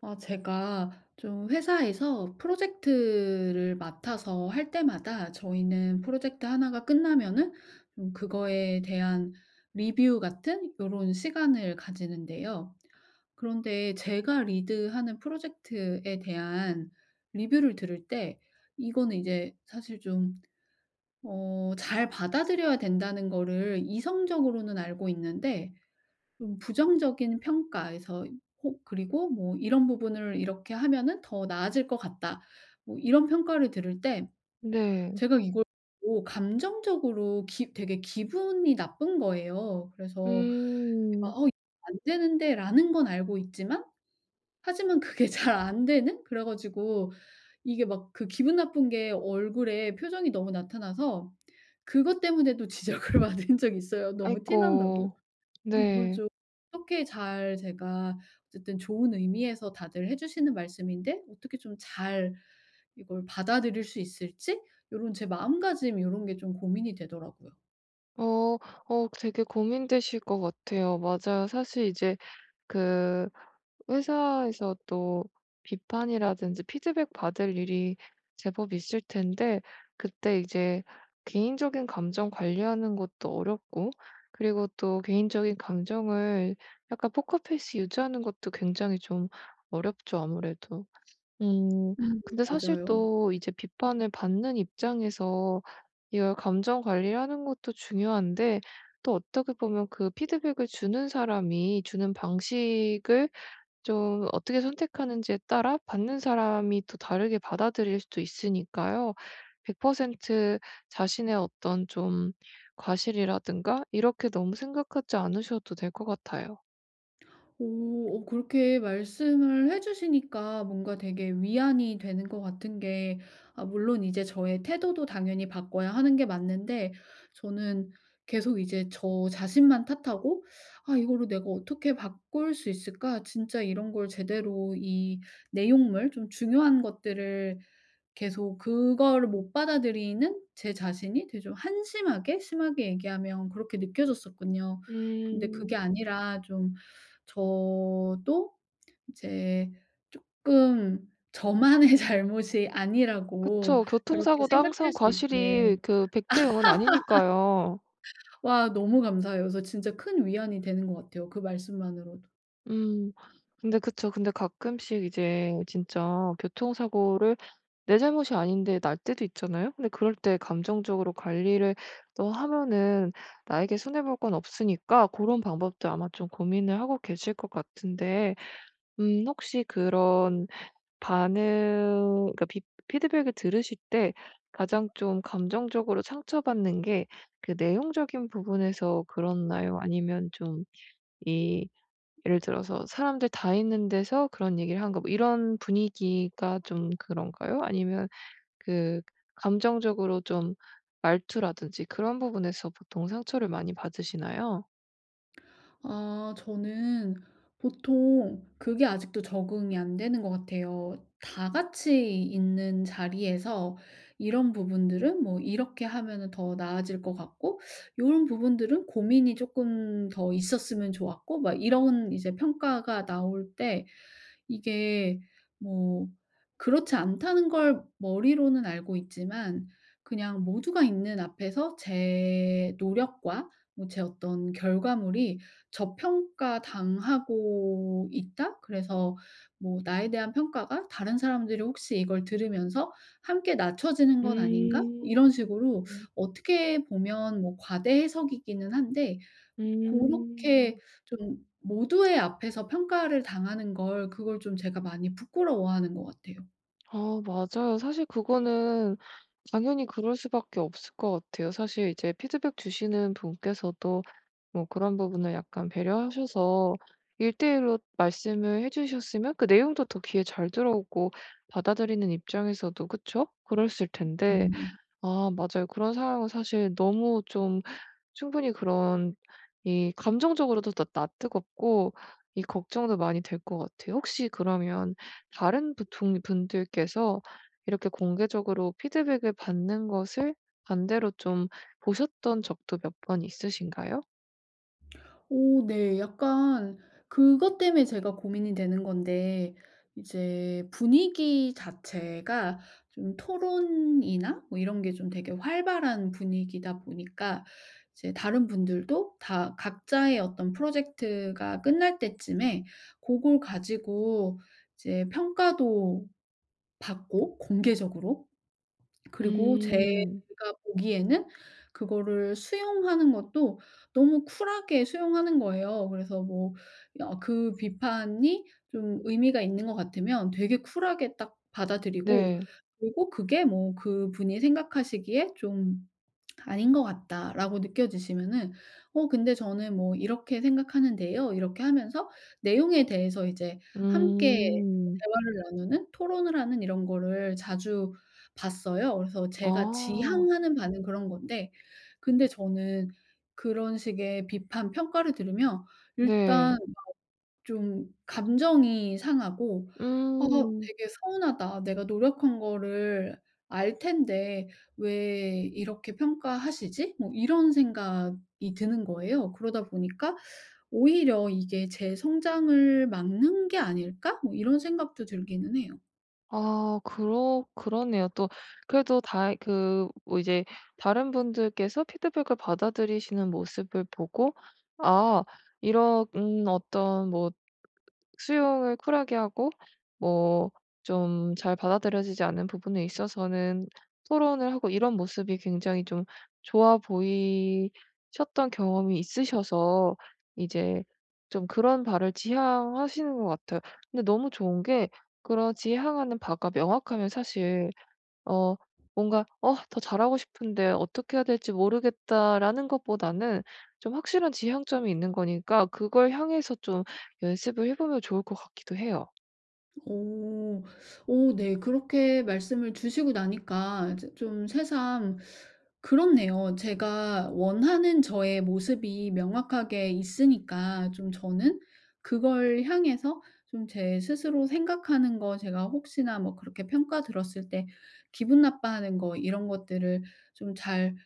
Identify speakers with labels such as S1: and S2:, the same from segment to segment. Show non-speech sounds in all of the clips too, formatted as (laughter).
S1: 제가 좀 회사에서 프로젝트를 맡아서 할 때마다 저희는 프로젝트 하나가 끝나면은 좀 그거에 대한 리뷰 같은 이런 시간을 가지는데요. 그런데 제가 리드하는 프로젝트에 대한 리뷰를 들을 때 이거는 이제 사실 좀, 잘 받아들여야 된다는 거를 이성적으로는 알고 있는데 좀 부정적인 평가에서 혹 그리고 뭐 "이런 부분을 이렇게 하면은 더 나아질 것 같다." 뭐 이런 평가를 들을 때
S2: 네.
S1: 제가 이걸 보고 감정적으로 기 되게 기분이 나쁜 거예요. 그래서 이게
S2: 음.
S1: 막 '어 이거 안 되는데.'라는 건 알고 있지만 하지만 그게 (laughs) 잘 안 되는? 그래 가지고 이게 막 그 기분 나쁜 게 얼굴에 표정이 너무 나타나서 그것 때문에도 (laughs) 지적을 받은 적이 있어요, 너무 티 난다고.
S2: 아이고.
S1: 근데 이걸
S2: 네.
S1: 좀 어떻게 잘 제가 어쨌든 좋은 의미에서 다들 해 주시는 말씀인데 어떻게 좀 잘 이걸 받아들일 수 있을지 요런 제 마음가짐 요런 게 좀 고민이 되더라고요.
S2: 어. 어 되게 고민되실 것 같아요. 맞아요. 사실 이제 그 회사에서 또 비판이라든지 피드백 받을 일이 제법 있을 텐데 그때 이제 개인적인 감정 관리하는 것도 어렵고 그리고 또 개인적인 감정을 약간 포커페이스 유지하는 것도 굉장히 좀 어렵죠, 아무래도. 음.
S1: 음.
S2: 근데 사실
S1: 맞아요.
S2: 또 이제 비판을 받는 입장에서 이걸 감정 관리를 하는 것도 중요한데 또 어떻게 보면 그 피드백을 주는 사람이 주는 방식을 좀 어떻게 선택하는지에 따라 받는 사람이 또 다르게 받아들일 수도 있으니까요. 100% 자신의 어떤 좀 과실이라든가 이렇게 너무 생각하지 않으셔도 될 것 같아요.
S1: 오. 어 그렇게 말씀을 해 주시니까 뭔가 되게 위안이 되는 것 같은 게, 아 물론 이제 저의 태도도 당연히 바꿔야 하는 게 맞는데 저는 계속 이제 저 자신만 탓하고, '아 이거를 내가 어떻게 바꿀 수 있을까?' 진짜 이런 걸 제대로, 이 내용물 좀 중요한 것들을 계속 그걸 못 받아들이는 제 자신이 되게 좀 한심하게, 심하게 얘기하면 그렇게 느껴졌었군요. 근데 그게
S2: 음.
S1: 아니라 좀, 저도 이제 쪼끔 저만의 (laughs) 잘못이 아니라고
S2: 그쵸.
S1: 그렇게
S2: 교통사고도
S1: 생각될
S2: 항상
S1: 수 있게.
S2: 과실이 그 100대 0은 아니니까요.
S1: 와, 너무 감사해요. 그래서 진짜 큰 위안이 되는 것 같아요, 그 말씀만으로도.
S2: 음 근데 그쵸. 근데 가끔씩 이제 진짜 교통사고를 내 잘못이 아닌데 날 때도 있잖아요. 근데 그럴 때 감정적으로 관리를 또 하면은 나에게 손해 볼 건 없으니까 고런 방법도 아마 좀 고민을 하고 계실 것 같은데 혹시 그런 반응, 그러니까 비 피드백을 들으실 때 가장 좀 감정적으로 상처받는 게 그 내용적인 부분에서 그렇나요? 아니면 좀 이 예를 들어서 사람들 다 있는 데서 그런 얘기를 한 거 뭐 이런 분위기가 좀 그런가요? 아니면 그 감정적으로 좀 말투라든지 그런 부분에서 보통 상처를 많이 받으시나요?
S1: 아, 저는 보통 그게 아직도 적응이 안 되는 것 같아요. 다 같이 있는 자리에서 이런 부분들은 뭐 이렇게 하면은 더 나아질 것 같고, 이런 부분들은 고민이 조금 더 있었으면 좋았고, 막 이런 이제 평가가 나올 때, 이게 뭐 그렇지 않다는 걸 머리로는 알고 있지만 그냥 모두가 있는 앞에서 제 노력과, 뭐 제 어떤 결과물이 저평가 당하고 있다. 그래서 뭐 '나에 대한 평가가 다른 사람들이 혹시 이걸 들으면서 함께 낮춰지는 건 아닌가?' 뭐
S2: 음.
S1: 이런 식으로, 어떻게 보면 뭐 과대 해석이기는 한데 고렇게
S2: 음.
S1: 좀 모두의 앞에서 평가를 당하는 걸, 그걸 좀 제가 많이 부끄러워하는 것 같아요.
S2: 아 맞아요. 사실 그거는 당연히 그럴 수밖에 없을 것 같아요. 사실 이제 피드백 주시는 분께서도 뭐 그런 부분을 약간 배려하셔서 1:1 로 말씀을 해 주셨으면 그 내용도 더 귀에 잘 들어오고 받아들이는 입장에서도 그쵸? 그랬을 텐데
S1: 음.
S2: 아 맞아요. 그런 상황은 사실 너무 좀 충분히 그런 이 감정적으로도 나 뜨겁고 이 걱정도 많이 될 것 같아요. 혹시 그러면 다른 부통 분들께서 이렇게 공개적으로 피드백을 받는 것을 반대로 좀 보셨던 적도 몇 번 있으신가요?
S1: 오 네. 약간 그것 때문에 제가 고민이 되는 건데, 이제 분위기 자체가 좀 토론이나 뭐 이런 게 좀 되게 활발한 분위기다 보니까, 이제 다른 분들도 다 각자의 어떤 프로젝트가 끝날 때쯤에 그걸 가지고 이제 평가도 받고 공개적으로. 그리고 제가
S2: 음.
S1: 보기에는 그거를 수용하는 것도 너무 쿨하게 수용하는 거예요. 그래서 뭐 그 비판이 좀 의미가 있는 것 같으면 되게 쿨하게 딱 받아들이고,
S2: 네.
S1: 그리고 그게 뭐 그분이 생각하시기에 좀 '아닌 것 같다.'라고 느껴지시면은 "어 근데 저는 뭐 이렇게 생각하는데요." 이렇게 하면서 내용에 대해서 이제 함께
S2: 음.
S1: 대화를 나누는, 토론을 하는 이런 거를 자주 봤어요. 그래서 제가
S2: 아.
S1: 지향하는 바는 그런 건데, 근데 저는 그런 식의 비판, 평가를 들으면 일단
S2: 네.
S1: 좀 감정이 상하고, '아
S2: 음.
S1: 되게 서운하다. 내가 노력한 거를 알 텐데 왜 이렇게 평가하시지?' 뭐 이런 생각이 드는 거예요. 그러다 보니까 '오히려 이게 제 성장을 막는 게 아닐까?' 뭐 이런 생각도 들기는 해요.
S2: 아 그러네요. 또 그래도 다 그 뭐 이제 다른 분들께서 피드백을 받아들이시는 모습을 보고 '아 이런 어떤 뭐 수용을 쿨하게 하고 뭐 좀 잘 받아들여지지 않는 부분에 있어서는 토론을 하고 이런 모습이 굉장히 좀 좋아 보이셨던 경험이 있으셔서 이제 좀 그런 바를 지향하시는 것 같아요. 근데 너무 좋은 게 그런 지향하는 바가 명확하면 사실 어 뭔가 '어 더 잘하고 싶은데 어떻게 해야 될지 모르겠다.'라는 것보다는 좀 확실한 지향점이 있는 거니까 그걸 향해서 좀 연습을 해 보면 좋을 것 같기도 해요.
S1: 오, 오, 네. 그렇게 말씀을 주시고 나니까 이제 좀 새삼 그렇네요. 제가 원하는 저의 모습이 명확하게 있으니까, 좀 저는 그걸 향해서 좀 제 스스로 생각하는 거, 제가 혹시나 뭐 그렇게 평가 들었을 때 기분 나빠하는 거, 이런 것들을 좀잘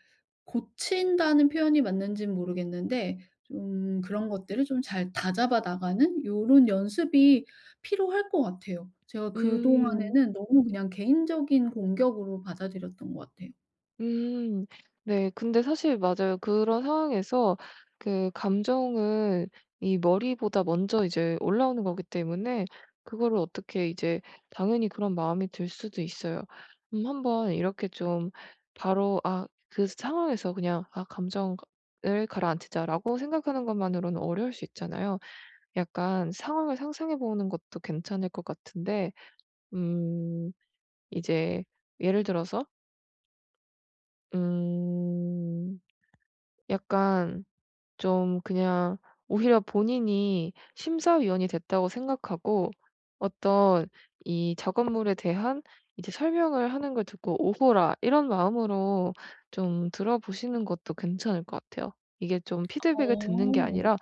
S1: 고친다는 표현이 맞는지는 모르겠는데 좀 그런 것들을 좀 잘 다잡아 나가는 요런 연습이 필요할 것 같아요. 제가
S2: 음.
S1: 그동안에는 너무 그냥 개인적인 공격으로 받아들였던 것 같아요.
S2: 음. 네. 근데 사실 맞아요. 그런 상황에서 그 감정은 이 머리보다 먼저 이제 올라오는 거기 때문에 그거를 어떻게 이제 당연히 그런 마음이 들 수도 있어요. 한번 이렇게 좀 바로 아 그 상황에서 그냥 '아 감정을 가라앉히자.'라고 생각하는 것만으로는 어려울 수 있잖아요. 약간 상황을 상상해 보는 것도 괜찮을 것 같은데 음 이제 예를 들어서 음 약간 좀 그냥 오히려 본인이 심사위원이 됐다고 생각하고 어떤 이 작업물에 대한 이제 설명을 하는 걸 듣고 "오호라." 이런 마음으로 좀 들어보시는 것도 괜찮을 것 같아요. 이게 좀 피드백을 듣는 게
S1: 어.
S2: 아니라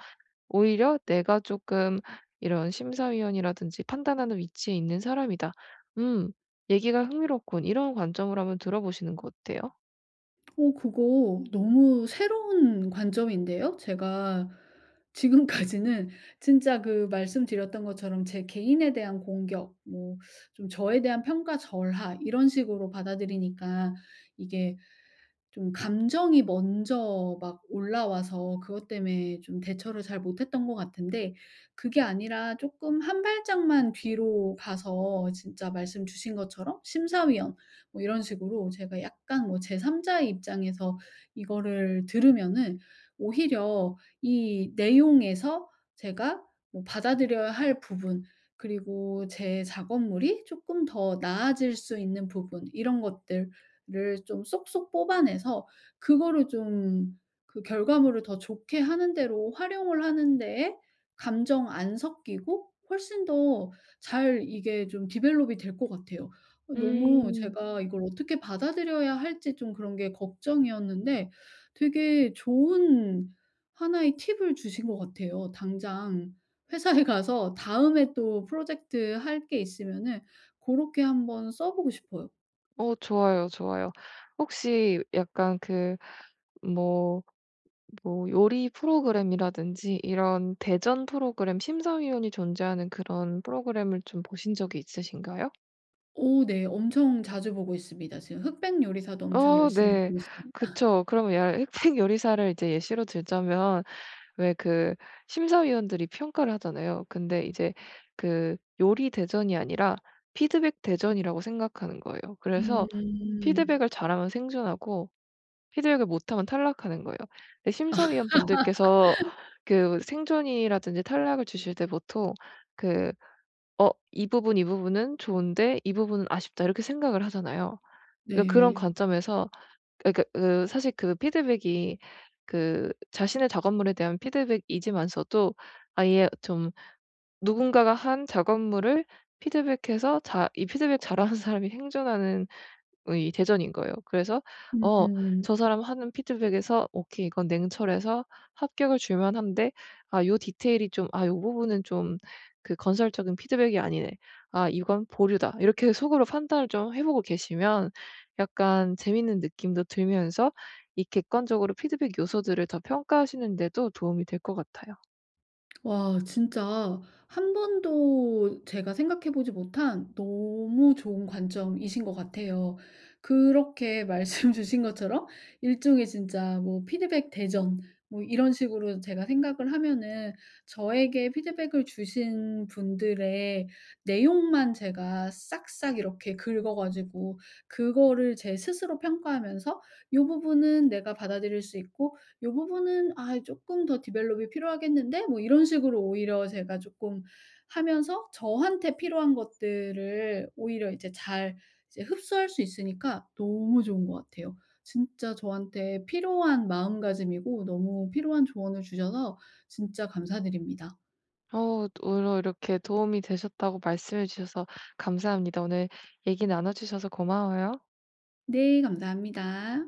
S2: 오히려 '내가 조금 이런 심사위원이라든지 판단하는 위치에 있는 사람이다. 음 얘기가 흥미롭군.' 이런 관점으로 한번 들어보시는 거 어때요?
S1: 어 그거 너무 새로운 관점인데요. 제가 지금까지는 진짜 그 말씀드렸던 것처럼 제 개인에 대한 공격, 뭐 좀 저에 대한 평가 절하 이런 식으로 받아들이니까 이게 좀 감정이 먼저 막 올라와서 그것 때문에 좀 대처를 잘 못했던 것 같은데, 그게 아니라 조금 한 발짝만 뒤로 가서, 진짜 말씀 주신 것처럼 심사위원 뭐 이런 식으로 제가 약간 뭐 제3 자의 입장에서 이거를 들으면은, 오히려 이 내용에서 제가 뭐 받아들여야 할 부분, 그리고 제 작업물이 조금 더 나아질 수 있는 부분, 이런 것들 를 좀 쏙쏙 뽑아내서 그거를 좀, 그 결과물을 더 좋게 하는 데로 활용을 하는 데에 감정 안 섞이고 훨씬 더 잘, 이게 좀 디벨롭이 될 것 같아요. 어 너무
S2: 음.
S1: 제가 이걸 어떻게 받아들여야 할지 좀 그런 게 걱정이었는데 되게 좋은 하나의 팁을 주신 것 같아요. 당장 회사에 가서 다음에 또 프로젝트 할 게 있으면은 고렇게 한번 써 보고 싶어요.
S2: 어 좋아요, 좋아요. 혹시 약간 그 뭐 뭐 요리 프로그램이라든지 이런 대전 프로그램 심사위원이 존재하는 그런 프로그램을 좀 보신 적이 있으신가요?
S1: 오 네. 엄청 자주 보고 있습니다. 지금 흑백 요리사도 엄청
S2: 어
S1: 열심히
S2: 네.
S1: 보고 있습니다.
S2: 그쵸. 그러면 야 흑백 요리사를 이제 예시로 들자면 왜 그 심사위원들이 평가를 하잖아요. 근데 이제 그 요리 대전이 아니라 피드백 대전이라고 생각하는 거예요. 그래서
S1: 음.
S2: 피드백을 잘하면 생존하고 피드백을 못하면 탈락하는 거예요. 근데 심사위원분들께서 그 생존이라든지 탈락을 주실 때 보통 그 '어 이 부분, 이 부분은 좋은데 이 부분은 아쉽다.' 이렇게 생각을 하잖아요. 그러니까 그런
S1: 네.
S2: 관점에서 그러니까 그 사실 그 피드백이 그 자신의 작업물에 대한 피드백이지만서도 아예 좀 누군가가 한 작업물을 피드백해서 자 이 피드백 잘하는 사람이 (laughs) 생존하는 이 대전인 거예요. 그래서 어
S1: 음.
S2: 저 사람 하는 피드백에서 '오케이. 이건 냉철해서 합격을 줄 만한데 아 요 디테일이 좀 아 요 부분은 좀 그 건설적인 피드백이 아니네. 아 이건 보류다.' 이렇게 (laughs) 속으로 판단을 좀 해 보고 계시면 약간 재밌는 느낌도 들면서 이 객관적으로 피드백 요소들을 더 평가하시는 데도 도움이 될 것 같아요.
S1: 와, 진짜 한 번도 제가 생각해 보지 못한 너무 좋은 관점이신 것 같아요. 그렇게 말씀 (laughs) 주신 것처럼 일종의 진짜 뭐 피드백 대전 뭐 이런 식으로 제가 생각을 하면은, 저에게 피드백을 주신 분들의 내용만 제가 싹싹 이렇게 긁어 가지고 그거를 제 스스로 평가하면서 이 부분은 내가 받아들일 수 있고 요 부분은 '아 조금 더 디벨롭이 필요하겠는데?' 뭐 이런 식으로 오히려 제가 조금 하면서 저한테 필요한 것들을 오히려 이제 잘, 이제 흡수할 수 있으니까 너무 좋은 것 같아요. 진짜 저한테 필요한 마음가짐이고 너무 필요한 조언을 주셔서 진짜 감사드립니다.
S2: 어 오늘 이렇게 도움이 되셨다고 말씀해 주셔서 감사합니다. 오늘 얘기 나눠 주셔서 고마워요.
S1: 네, 감사합니다.